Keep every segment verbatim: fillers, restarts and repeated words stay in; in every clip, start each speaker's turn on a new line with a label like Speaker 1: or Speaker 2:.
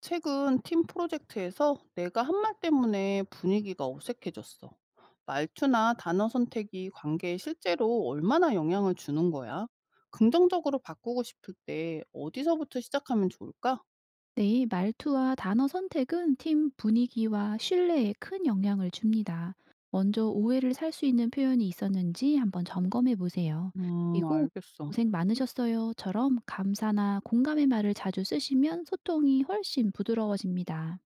Speaker 1: 최근 팀 프로젝트에서 내가 한 말 때문에 분위기가 어색해졌어. 말투나 단어 선택이 관계에 실제로 얼마나 영향을 주는 거야? 긍정적으로 바꾸고 싶을 때 어디서부터 시작하면 좋을까?
Speaker 2: 네, 말투와 단어 선택은 팀 분위기와 신뢰에 큰 영향을 줍니다. 먼저 오해를 살 수 있는 표현이 있었는지 한번 점검해 보세요.
Speaker 1: 음,
Speaker 2: 그리고
Speaker 1: 알겠어.
Speaker 2: 고생 많으셨어요처럼 감사나 공감의 말을 자주 쓰시면 소통이 훨씬 부드러워집니다.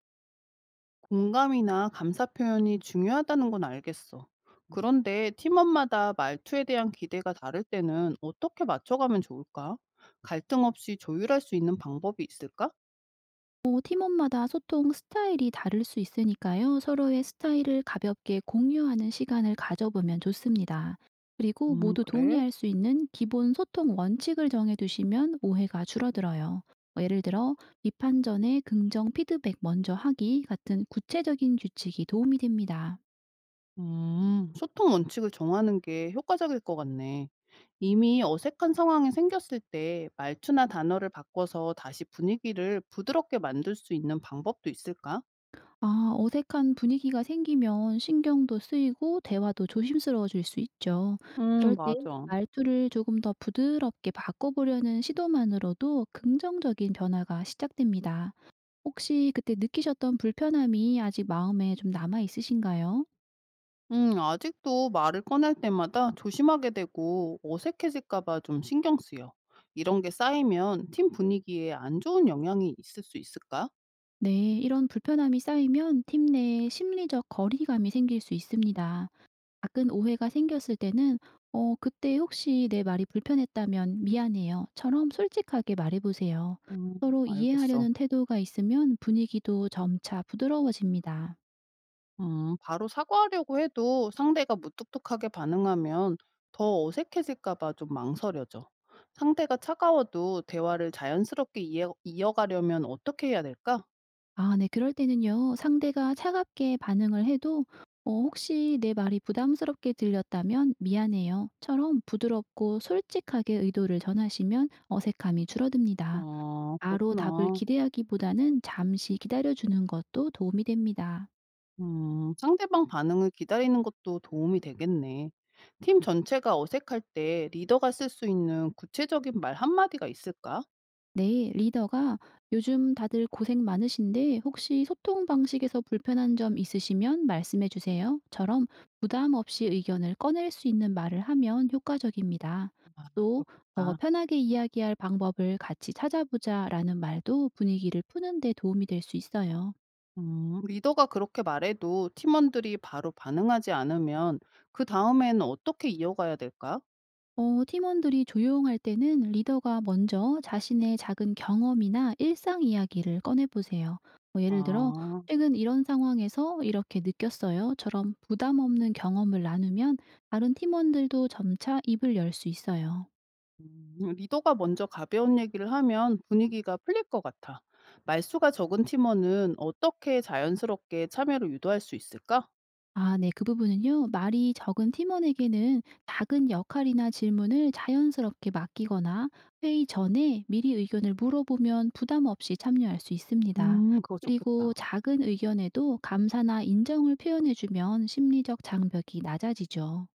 Speaker 1: 공감이나 감사 표현이 중요하다는 건 알겠어. 그런데 팀원마다 말투에 대한 기대가 다를 때는 어떻게 맞춰가면 좋을까? 갈등 없이 조율할 수 있는 방법이 있을까?
Speaker 2: 뭐 팀원마다 소통 스타일이 다를 수 있으니까요. 서로의 스타일을 가볍게 공유하는 시간을 가져보면 좋습니다. 그리고
Speaker 1: 음,
Speaker 2: 모두
Speaker 1: 그래.
Speaker 2: 동의할 수 있는 기본 소통 원칙을 정해두시면 오해가 줄어들어요. 뭐 예를 들어, 비판 전에 긍정 피드백 먼저 하기 같은 구체적인 규칙이 도움이 됩니다.
Speaker 1: 음, 소통 원칙을 정하는 게 효과적일 것 같네. 이미 어색한 상황이 생겼을 때 말투나 단어를 바꿔서 다시 분위기를 부드럽게 만들 수 있는 방법도 있을까?
Speaker 2: 아 어색한 분위기가 생기면 신경도 쓰이고 대화도 조심스러워질 수 있죠.
Speaker 1: 음,
Speaker 2: 그럴 때
Speaker 1: 맞아.
Speaker 2: 말투를 조금 더 부드럽게 바꿔보려는 시도만으로도 긍정적인 변화가 시작됩니다. 혹시 그때 느끼셨던 불편함이 아직 마음에 좀 남아 있으신가요?
Speaker 1: 음, 아직도 말을 꺼낼 때마다 조심하게 되고 어색해질까 봐 좀 신경 쓰여. 이런 게 쌓이면 팀 분위기에 안 좋은 영향이 있을 수 있을까?
Speaker 2: 네, 이런 불편함이 쌓이면 팀 내에 심리적 거리감이 생길 수 있습니다. 작은 오해가 생겼을 때는 어, 그때 혹시 내 말이 불편했다면 미안해요. 처럼 솔직하게 말해보세요.
Speaker 1: 음,
Speaker 2: 서로
Speaker 1: 알겠어.
Speaker 2: 이해하려는 태도가 있으면 분위기도 점차 부드러워집니다.
Speaker 1: 음, 바로 사과하려고 해도 상대가 무뚝뚝하게 반응하면 더 어색해질까 봐 좀 망설여져. 상대가 차가워도 대화를 자연스럽게 이어, 이어가려면 어떻게 해야 될까?
Speaker 2: 아, 네. 그럴 때는요. 상대가 차갑게 반응을 해도 어, 혹시 내 말이 부담스럽게 들렸다면 미안해요. 처럼 부드럽고 솔직하게 의도를 전하시면 어색함이 줄어듭니다.
Speaker 1: 아,
Speaker 2: 바로 답을
Speaker 1: 그렇구나.
Speaker 2: 기대하기보다는 잠시 기다려주는 것도 도움이 됩니다.
Speaker 1: 음, 상대방 반응을 기다리는 것도 도움이 되겠네. 팀 전체가 어색할 때 리더가 쓸 수 있는 구체적인 말 한마디가 있을까?
Speaker 2: 네, 리더가 요즘 다들 고생 많으신데 혹시 소통 방식에서 불편한 점 있으시면 말씀해 주세요. 처럼 부담 없이 의견을 꺼낼 수 있는 말을 하면 효과적입니다.
Speaker 1: 아,
Speaker 2: 또, 더
Speaker 1: 그렇겠다.
Speaker 2: 편하게 이야기할 방법을 같이 찾아보자 라는 말도 분위기를 푸는데 도움이 될 수 있어요.
Speaker 1: 음, 리더가 그렇게 말해도 팀원들이 바로 반응하지 않으면 그 다음에는 어떻게 이어가야 될까?
Speaker 2: 어, 팀원들이 조용할 때는 리더가 먼저 자신의 작은 경험이나 일상 이야기를 꺼내보세요. 뭐 예를 들어,
Speaker 1: 아,
Speaker 2: 최근 이런 상황에서 이렇게 느꼈어요처럼 부담 없는 경험을 나누면 다른 팀원들도 점차 입을 열 수 있어요.
Speaker 1: 음, 리더가 먼저 가벼운 얘기를 하면 분위기가 풀릴 것 같아. 말수가 적은 팀원은 어떻게 자연스럽게 참여를 유도할 수 있을까?
Speaker 2: 아, 네. 그 부분은요. 말이 적은 팀원에게는 작은 역할이나 질문을 자연스럽게 맡기거나 회의 전에 미리 의견을 물어보면 부담 없이 참여할 수 있습니다.
Speaker 1: 음, 그거
Speaker 2: 그리고
Speaker 1: 좋겠다.
Speaker 2: 작은 의견에도 감사나 인정을 표현해주면 심리적 장벽이 낮아지죠.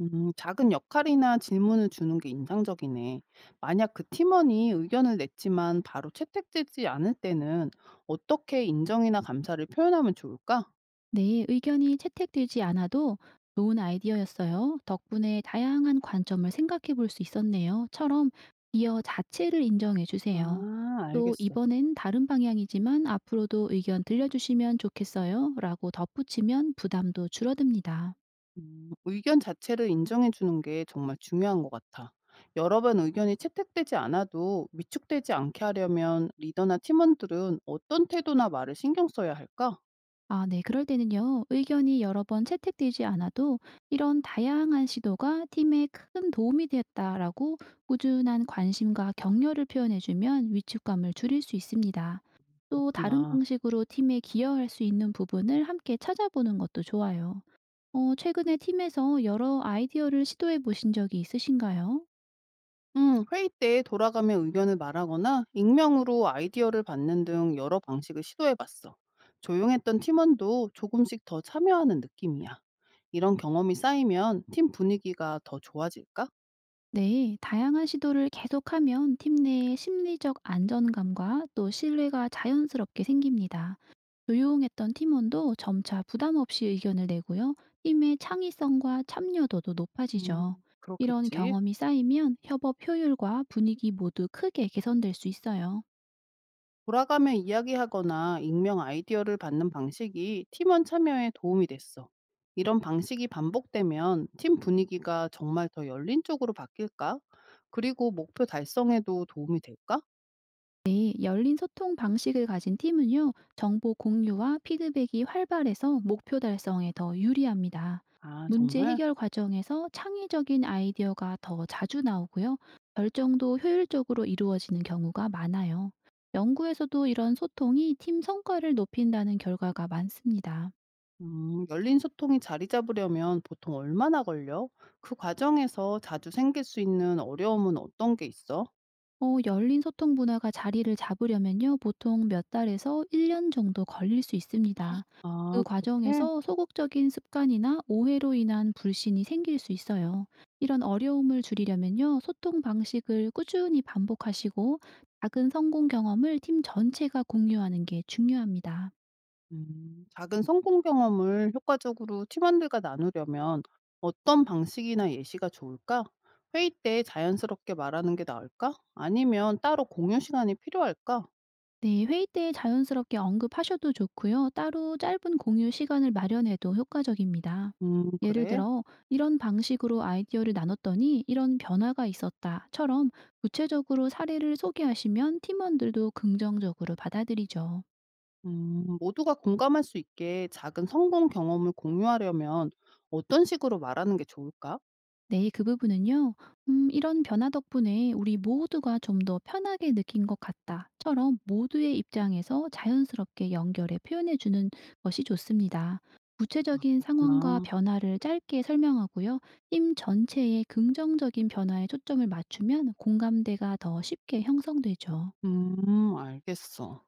Speaker 1: 음, 작은 역할이나 질문을 주는 게 인상적이네. 만약 그 팀원이 의견을 냈지만 바로 채택되지 않을 때는 어떻게 인정이나 감사를 표현하면 좋을까?
Speaker 2: 네, 의견이 채택되지 않아도 좋은 아이디어였어요. 덕분에 다양한 관점을 생각해 볼 수 있었네요. 처럼 기여 자체를 인정해 주세요.
Speaker 1: 아,
Speaker 2: 또
Speaker 1: 알겠어.
Speaker 2: 이번엔 다른 방향이지만 앞으로도 의견 들려주시면 좋겠어요 라고 덧붙이면 부담도 줄어듭니다.
Speaker 1: 음 의견 자체를 인정해 주는 게 정말 중요한 것 같아. 여러 번 의견이 채택되지 않아도 위축되지 않게 하려면 리더나 팀원들은 어떤 태도나 말을 신경 써야 할까?
Speaker 2: 아, 네. 그럴 때는요, 의견이 여러 번 채택되지 않아도 이런 다양한 시도가 팀에 큰 도움이 되었다라고 꾸준한 관심과 격려를 표현해주면 위축감을 줄일 수 있습니다. 또 다른
Speaker 1: 그렇구나.
Speaker 2: 방식으로 팀에 기여할 수 있는 부분을 함께 찾아보는 것도 좋아요. 어, 최근에 팀에서 여러 아이디어를 시도해 보신 적이 있으신가요?
Speaker 1: 음, 회의 때 돌아가며 의견을 말하거나 익명으로 아이디어를 받는 등 여러 방식을 시도해 봤어. 조용했던 팀원도 조금씩 더 참여하는 느낌이야. 이런 경험이 쌓이면 팀 분위기가 더 좋아질까?
Speaker 2: 네, 다양한 시도를 계속하면 팀 내의 심리적 안정감과 또 신뢰가 자연스럽게 생깁니다. 조용했던 팀원도 점차 부담 없이 의견을 내고요. 팀의 창의성과 참여도도 높아지죠.
Speaker 1: 음,
Speaker 2: 이런
Speaker 1: 그렇겠지.
Speaker 2: 경험이 쌓이면 협업 효율과 분위기 모두 크게 개선될 수 있어요.
Speaker 1: 돌아가며 이야기하거나 익명 아이디어를 받는 방식이 팀원 참여에 도움이 됐어. 이런 방식이 반복되면 팀 분위기가 정말 더 열린 쪽으로 바뀔까? 그리고 목표 달성에도 도움이 될까?
Speaker 2: 네, 열린 소통 방식을 가진 팀은요, 정보 공유와 피드백이 활발해서 목표 달성에 더 유리합니다.
Speaker 1: 아,
Speaker 2: 문제
Speaker 1: 정말?
Speaker 2: 해결 과정에서 창의적인 아이디어가 더 자주 나오고요, 결정도 효율적으로 이루어지는 경우가 많아요. 연구에서도 이런 소통이 팀 성과를 높인다는 결과가 많습니다.
Speaker 1: 음, 열린 소통이 자리 잡으려면 보통 얼마나 걸려? 그 과정에서 자주 생길 수 있는 어려움은 어떤 게 있어?
Speaker 2: 어 열린 소통 문화가 자리를 잡으려면요. 보통 몇 달에서 일 년 정도 걸릴 수 있습니다. 그
Speaker 1: 아, 그렇게?
Speaker 2: 과정에서 소극적인 습관이나 오해로 인한 불신이 생길 수 있어요. 이런 어려움을 줄이려면요. 소통 방식을 꾸준히 반복하시고 작은 성공 경험을 팀 전체가 공유하는 게 중요합니다.
Speaker 1: 음. 작은 성공 경험을 효과적으로 팀원들과 나누려면 어떤 방식이나 예시가 좋을까? 회의 때 자연스럽게 말하는 게 나을까? 아니면 따로 공유 시간이 필요할까?
Speaker 2: 네, 회의 때 자연스럽게 언급하셔도 좋고요. 따로 짧은 공유 시간을 마련해도 효과적입니다.
Speaker 1: 음,
Speaker 2: 예를
Speaker 1: 그래.
Speaker 2: 들어, 이런 방식으로 아이디어를 나눴더니 이런 변화가 있었다처럼 구체적으로 사례를 소개하시면 팀원들도 긍정적으로 받아들이죠.
Speaker 1: 음, 모두가 공감할 수 있게 작은 성공 경험을 공유하려면 어떤 식으로 말하는 게 좋을까?
Speaker 2: 네, 그 부분은요. 음, 이런 변화 덕분에 우리 모두가 좀 더 편하게 느낀 것 같다처럼 모두의 입장에서 자연스럽게 연결해 표현해 주는 것이 좋습니다.
Speaker 1: 아,
Speaker 2: 구체적인 상황과
Speaker 1: 그렇구나.
Speaker 2: 변화를 짧게 설명하고요. 팀 전체의 긍정적인 변화에 초점을 맞추면 공감대가 더 쉽게 형성되죠.
Speaker 1: 음, 알겠어.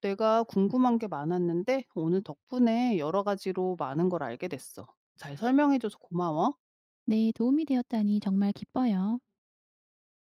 Speaker 1: 내가 궁금한 게 많았는데 오늘 덕분에 여러 가지로 많은 걸 알게 됐어. 잘 설명해줘서 고마워.
Speaker 2: 네, 도움이 되었다니 정말 기뻐요.